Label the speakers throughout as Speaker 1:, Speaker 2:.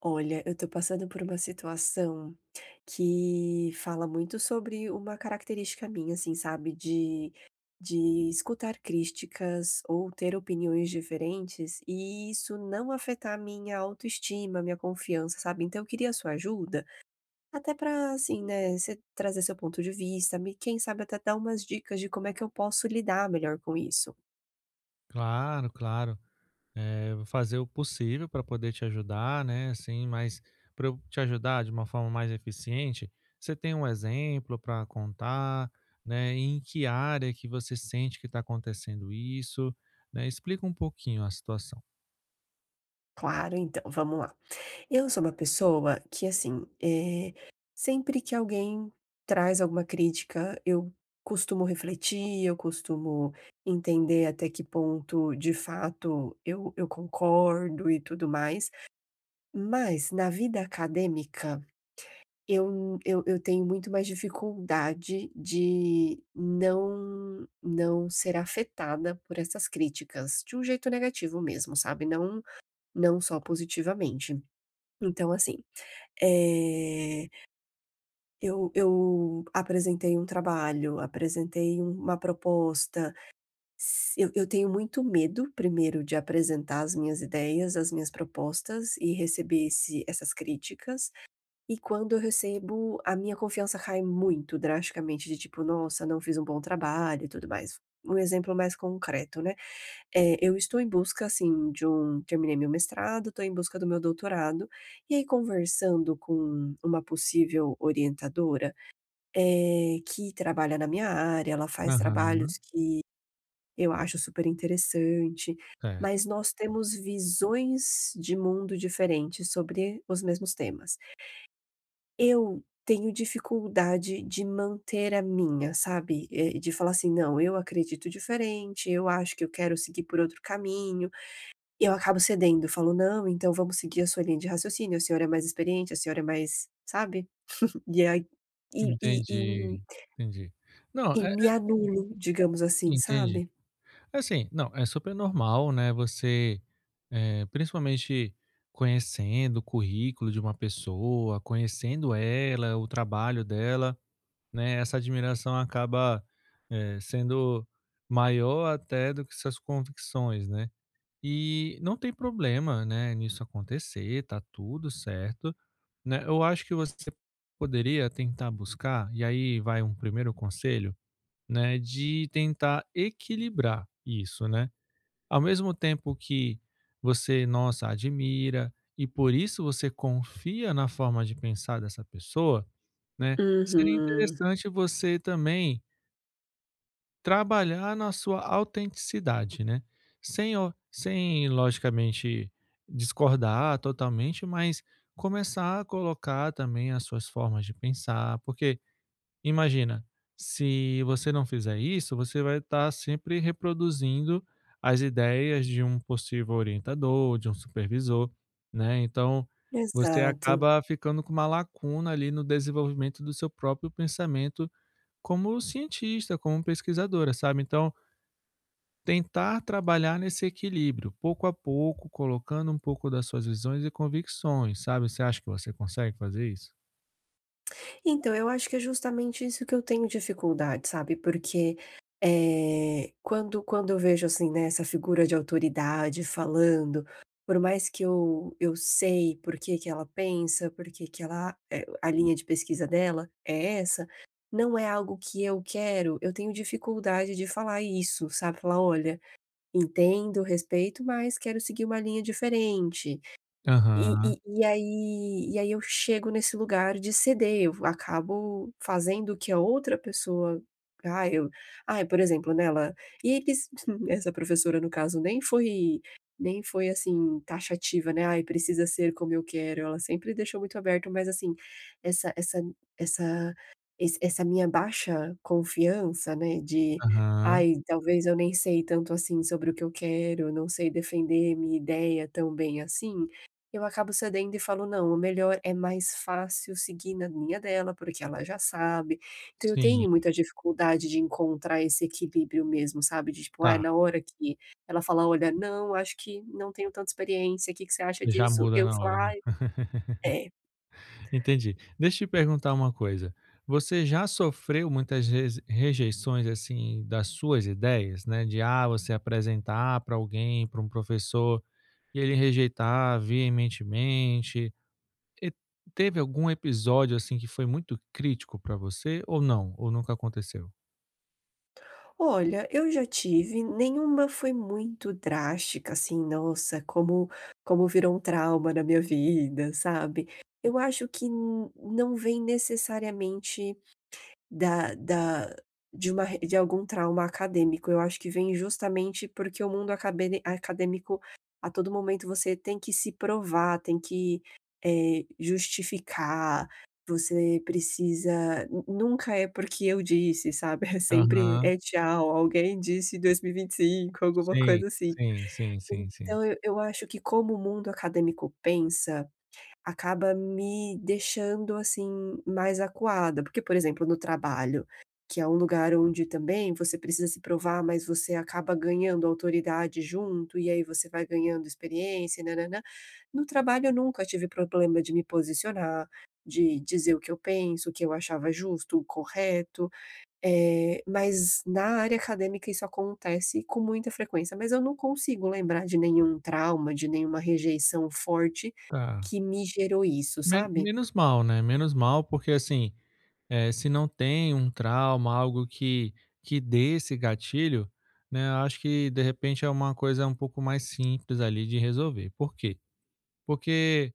Speaker 1: Olha, eu tô passando por uma situação que fala muito sobre uma característica minha, assim, sabe, de escutar críticas ou ter opiniões diferentes e isso não afetar minha autoestima, minha confiança, sabe? Então eu queria sua ajuda, até pra, assim, né, você trazer seu ponto de vista, me, quem sabe até dar umas dicas de como é que eu posso lidar melhor com isso.
Speaker 2: Claro, claro. Vou fazer o possível para poder te ajudar, né? Assim, mas para eu te ajudar de uma forma mais eficiente, você tem um exemplo para contar, né? Em que área que você sente que está acontecendo isso, né? Explica um pouquinho a situação.
Speaker 1: Claro, então, vamos lá. Eu sou uma pessoa que, assim, sempre que alguém traz alguma crítica, eu costumo refletir, eu costumo entender até que ponto, de fato, eu concordo e tudo mais. Mas na vida acadêmica, eu tenho muito mais dificuldade de não ser afetada por essas críticas, de um jeito negativo mesmo, sabe? Não, não só positivamente. Então, assim. Eh, eu apresentei um trabalho, apresentei uma proposta. Se eu tenho muito medo, primeiro, de apresentar as minhas ideias, as minhas propostas e receber esse essas críticas. E quando eu recebo, a minha confiança cai muito drasticamente, de tipo: "Nossa, não fiz um bom trabalho", e tudo mais. Um exemplo mais concreto, né? É, eu estou em busca, assim, de um terminei meu mestrado, estou em busca do meu doutorado, e aí conversando com uma possível orientadora, que trabalha na minha área, ela faz
Speaker 2: Aham,
Speaker 1: trabalhos que eu acho super interessante,
Speaker 2: certo.
Speaker 1: mas nós temos visões de mundo diferentes sobre os mesmos temas. Eu tenho dificuldade de manter a minha, sabe? De falar assim: "Não, eu acredito diferente, eu acho que eu quero seguir por outro caminho". Eu acabo cedendo, falo: "Não, então vamos seguir a sua linha de raciocínio, a senhora é mais experiente, a senhora é mais", sabe? E aí e
Speaker 2: Entendi, entendi. Não,
Speaker 1: E
Speaker 2: é,
Speaker 1: me anulo, digamos assim,
Speaker 2: entendi.
Speaker 1: sabe?
Speaker 2: Assim, não, é super normal, né, você, principalmente conhecendo o currículo de uma pessoa, conhecendo ela, o trabalho dela, né, essa admiração acaba, sendo maior até do que suas convicções, né. E não tem problema, né, nisso acontecer, tá tudo certo, né. Eu acho que você poderia tentar buscar, e aí vai um primeiro conselho, né, de tentar equilibrar isso, né. Ao mesmo tempo que você, nossa, admira e por isso você confia na forma de pensar dessa pessoa, né, seria
Speaker 1: Uhum.
Speaker 2: interessante você também trabalhar na sua autenticidade, né? Sem, sem logicamente discordar totalmente, mas começar a colocar também as suas formas de pensar, porque imagina, se você não fizer isso, você vai estar sempre reproduzindo as ideias de um possível orientador, de um supervisor, né. Então, você
Speaker 1: Exato.
Speaker 2: acaba ficando com uma lacuna ali no desenvolvimento do seu próprio pensamento como cientista, como pesquisadora, sabe. Então, tentar trabalhar nesse equilíbrio, pouco a pouco, colocando um pouco das suas visões e convicções, sabe. Você acha que você consegue fazer isso?
Speaker 1: Então, eu acho que é justamente isso que eu tenho dificuldade, sabe, porque, quando eu vejo, assim, né, essa figura de autoridade falando, por mais que eu sei por que que ela pensa, por que que ela a linha de pesquisa dela é essa, não é algo que eu quero, eu tenho dificuldade de falar isso, sabe, falar: "Olha, entendo, respeito, mas quero seguir uma linha diferente". E
Speaker 2: Aham,
Speaker 1: e e aí e aí eu chego nesse lugar de ceder, eu acabo fazendo o que a outra pessoa ah, eu ah por exemplo, nela e eles essa professora, no caso, nem foi, assim, taxativa, né, "Ai, precisa ser como eu quero", ela sempre deixou muito aberto, mas, assim, essa essa essa essa minha baixa confiança, né, de:
Speaker 2: aham.
Speaker 1: "Ai, talvez eu nem sei tanto assim sobre o que eu quero, não sei defender minha ideia tão bem assim". Eu acabo cedendo e falo: "Não, o melhor é mais fácil seguir na linha dela, porque ela já sabe". Então eu
Speaker 2: Sim,
Speaker 1: tenho muita dificuldade de encontrar esse equilíbrio mesmo, sabe, de tipo, é
Speaker 2: tá.
Speaker 1: na hora que ela falar: "Olha, não, acho que não tenho tanta experiência, o que que você acha
Speaker 2: Já
Speaker 1: disso?",
Speaker 2: muda
Speaker 1: eu
Speaker 2: na
Speaker 1: falo
Speaker 2: hora, né.
Speaker 1: "Ai". É.
Speaker 2: Entendi. Deixa eu te perguntar uma coisa, você já sofreu muitas reze rejeições, assim, das suas ideias, né, de, ah, você apresentar para alguém, para um professor, e ele rejeitar veementemente. E teve algum episódio, assim, que foi muito crítico para você ou não? Ou nunca aconteceu?
Speaker 1: Olha, eu já tive, nenhuma foi muito drástica, assim, nossa, como virou um trauma na minha vida, sabe. Eu acho que n não vem necessariamente Da da de uma re de algum trauma acadêmico. Eu acho que vem justamente porque o mundo acabene acadêmico, a todo momento você tem que se provar, tem que, justificar, você precisa nu nunca é porque eu disse, sabe, é sempre
Speaker 2: Aham.
Speaker 1: é tchau, alguém disse em dois mil e vinte e cinco alguma
Speaker 2: Sim,
Speaker 1: coisa assim.
Speaker 2: sim, sim, sim, sim.
Speaker 1: Então eu acho que como o mundo acadêmico pensa acaba me deixando, assim, mais acuada. Porque, por exemplo, no trabalho, que é um lugar onde também você precisa se provar, mas você acaba ganhando autoridade junto, e aí você vai ganhando experiência, nã-nã-nã. No trabalho eu nunca tive problema de me posicionar, de dizer o que eu penso, o que eu achava justo, o correto. Mas na área acadêmica isso acontece com muita frequência, mas eu não consigo lembrar de nenhum trauma, de nenhuma rejeição forte
Speaker 2: Tá.
Speaker 1: que me gerou isso, sabe?
Speaker 2: Menos mal, né, menos mal, porque assim, é, se não tem um trauma, algo que dê esse gatilho, né, eu acho que de repente é uma coisa um pouco mais simples ali de resolver. Por quê? Porque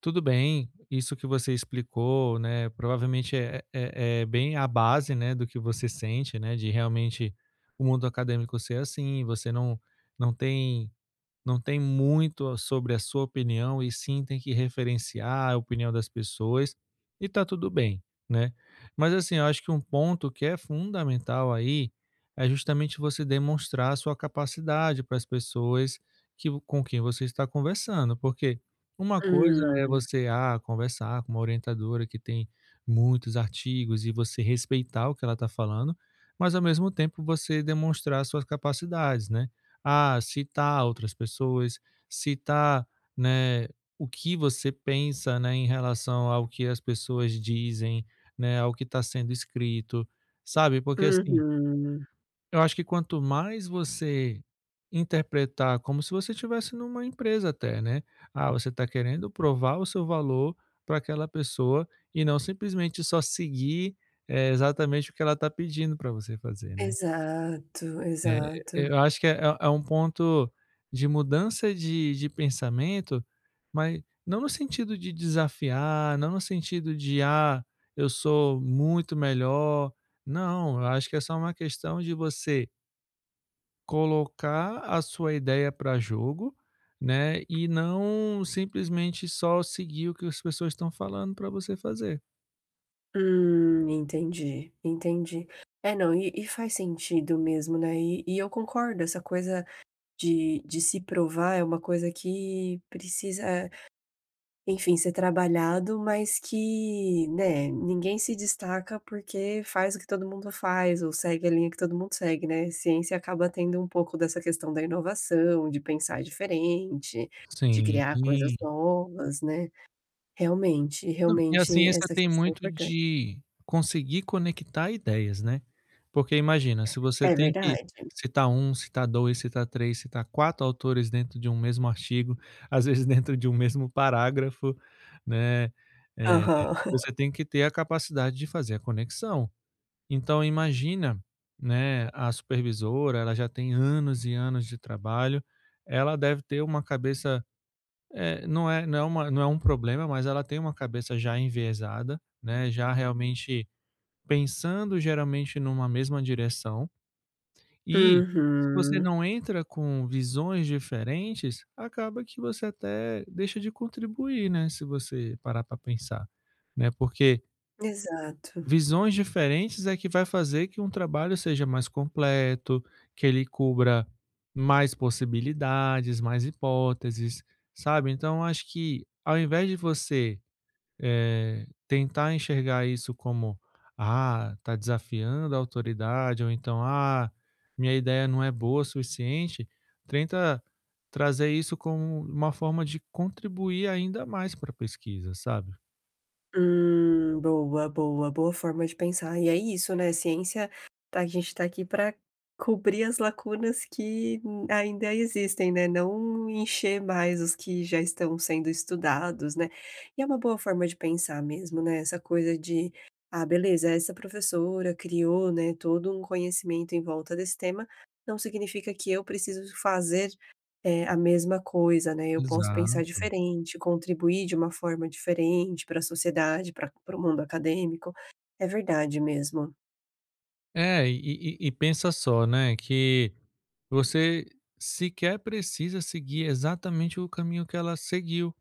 Speaker 2: tudo bem, isso que você explicou, né, provavelmente é, é, é bem a base, né, do que você sente, né, de realmente o mundo acadêmico ser assim, você não não tem não tem muito sobre a sua opinião e sim tem que referenciar a opinião das pessoas e tá tudo bem, né. Mas assim, eu acho que um ponto que é fundamental aí, é justamente você demonstrar a sua capacidade para as pessoas que com quem você está conversando, porque uma coisa é
Speaker 1: Hum,
Speaker 2: você, ah, conversar com uma orientadora que tem muitos artigos e você respeitar o que ela está falando, mas ao mesmo tempo você demonstrar suas capacidades, né. Ah, citar outras pessoas, citar, né, o que você pensa, né, em relação ao que as pessoas dizem, né, ao que está sendo escrito, sabe, porque assim,
Speaker 1: uhum.
Speaker 2: eu acho que quanto mais você interpretar como se você estivesse numa empresa até, né, ah, você está querendo provar o seu valor para aquela pessoa e não simplesmente só seguir, exatamente o que ela está pedindo para você fazer, né.
Speaker 1: Exato,
Speaker 2: É,
Speaker 1: exato.
Speaker 2: eu acho que é um ponto de mudança de pensamento, mas não no sentido de desafiar, não no sentido de: "Ah, eu sou muito melhor". Não, eu acho que é só uma questão de você colocar a sua ideia para jogo, né, e não simplesmente só seguir o que as pessoas estão falando para você fazer.
Speaker 1: Entendi, entendi. É, não, e faz sentido mesmo, né? E eu concordo, essa coisa de se provar é uma coisa que precisa enfim, ser trabalhado, mas que, né, ninguém se destaca porque faz o que todo mundo faz ou segue a linha que todo mundo segue, né. Ciência acaba tendo um pouco dessa questão da inovação, de pensar diferente, de
Speaker 2: Sim.
Speaker 1: criar coisas novas, né. Realmente,
Speaker 2: Não, e a
Speaker 1: realmente
Speaker 2: ciência
Speaker 1: essa
Speaker 2: tem
Speaker 1: questão é
Speaker 2: muito
Speaker 1: importante.
Speaker 2: de conseguir conectar ideias, né. Porque imagina, se você
Speaker 1: É
Speaker 2: tem que
Speaker 1: verdade.
Speaker 2: citar um, citar 2, citar 3, citar 4 autores dentro de um mesmo artigo, às vezes dentro de um mesmo parágrafo, né, eh,
Speaker 1: Aham.
Speaker 2: você tem que ter a capacidade de fazer a conexão. Então imagina, né, a supervisora, ela já tem anos e anos de trabalho, ela deve ter uma cabeça é, não é um problema, mas ela tem uma cabeça já enviesada, né, já realmente pensando geralmente numa mesma direção, e se você
Speaker 1: Uhum.
Speaker 2: não entra com visões diferentes, acaba que você até deixa de contribuir, né, se você parar para pensar, né, porque
Speaker 1: Exato.
Speaker 2: visões diferentes é que vai fazer que um trabalho seja mais completo, que ele cubra mais possibilidades, mais hipóteses, sabe? Então, acho que ao invés de você tentar enxergar isso como, ah, tá desafiando a autoridade, ou então, ah, minha ideia não é boa o suficiente, tenta trazer isso como uma forma de contribuir ainda mais para a pesquisa, sabe?
Speaker 1: Boa, boa, boa forma de pensar. E é isso, né? Ciência, tá, a gente tá aqui para cobrir as lacunas que ainda existem, né? Não encher mais os que já estão sendo estudados, né? E é uma boa forma de pensar mesmo, né? Essa coisa de, ah, beleza, essa professora criou, né, todo um conhecimento em volta desse tema, não significa que eu preciso fazer é a mesma coisa, né, eu posso pensar
Speaker 2: Exato.
Speaker 1: diferente, contribuir de uma forma diferente para a sociedade, para o mundo acadêmico. É verdade mesmo.
Speaker 2: É, e, e pensa só, né, que você sequer precisa seguir exatamente o caminho que ela seguiu,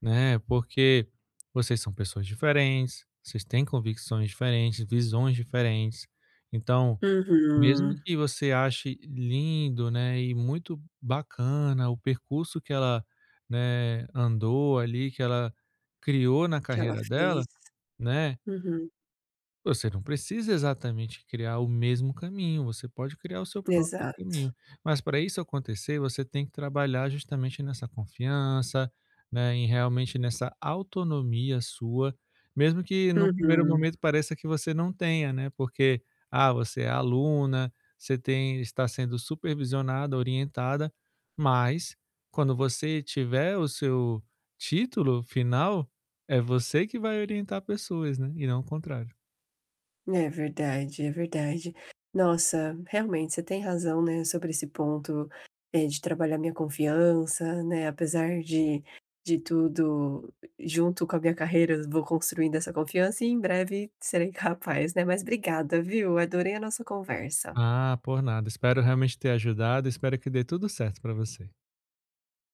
Speaker 2: né, porque vocês são pessoas diferentes, vocês têm convicções diferentes, visões diferentes. Então, mesmo
Speaker 1: Uhum.
Speaker 2: que você ache lindo, né, e muito bacana o percurso que ela, né, andou ali, que ela criou na
Speaker 1: Que ela
Speaker 2: carreira dela,
Speaker 1: fez.
Speaker 2: né,
Speaker 1: Uhum.
Speaker 2: você não precisa exatamente criar o mesmo caminho, você pode criar o seu próprio caminho.
Speaker 1: Exato.
Speaker 2: Mas para isso acontecer, você tem que trabalhar justamente nessa confiança, né, em realmente nessa autonomia sua, mesmo que no primeiro
Speaker 1: Uhum.
Speaker 2: momento pareça que você não tenha, né? Porque ah, você é aluna, você tem está sendo supervisionada, orientada, mas quando você tiver o seu título final, é você que vai orientar pessoas, né? E não o contrário.
Speaker 1: É verdade, é verdade. Nossa, realmente você tem razão, né, sobre esse ponto, de trabalhar minha confiança, né, apesar de tudo, junto com a minha carreira, eu vou construindo essa confiança e em breve serei capaz, né. Mas obrigada, viu, adorei a nossa conversa.
Speaker 2: Ah, por nada. Espero realmente ter ajudado. Espero que dê tudo certo para você.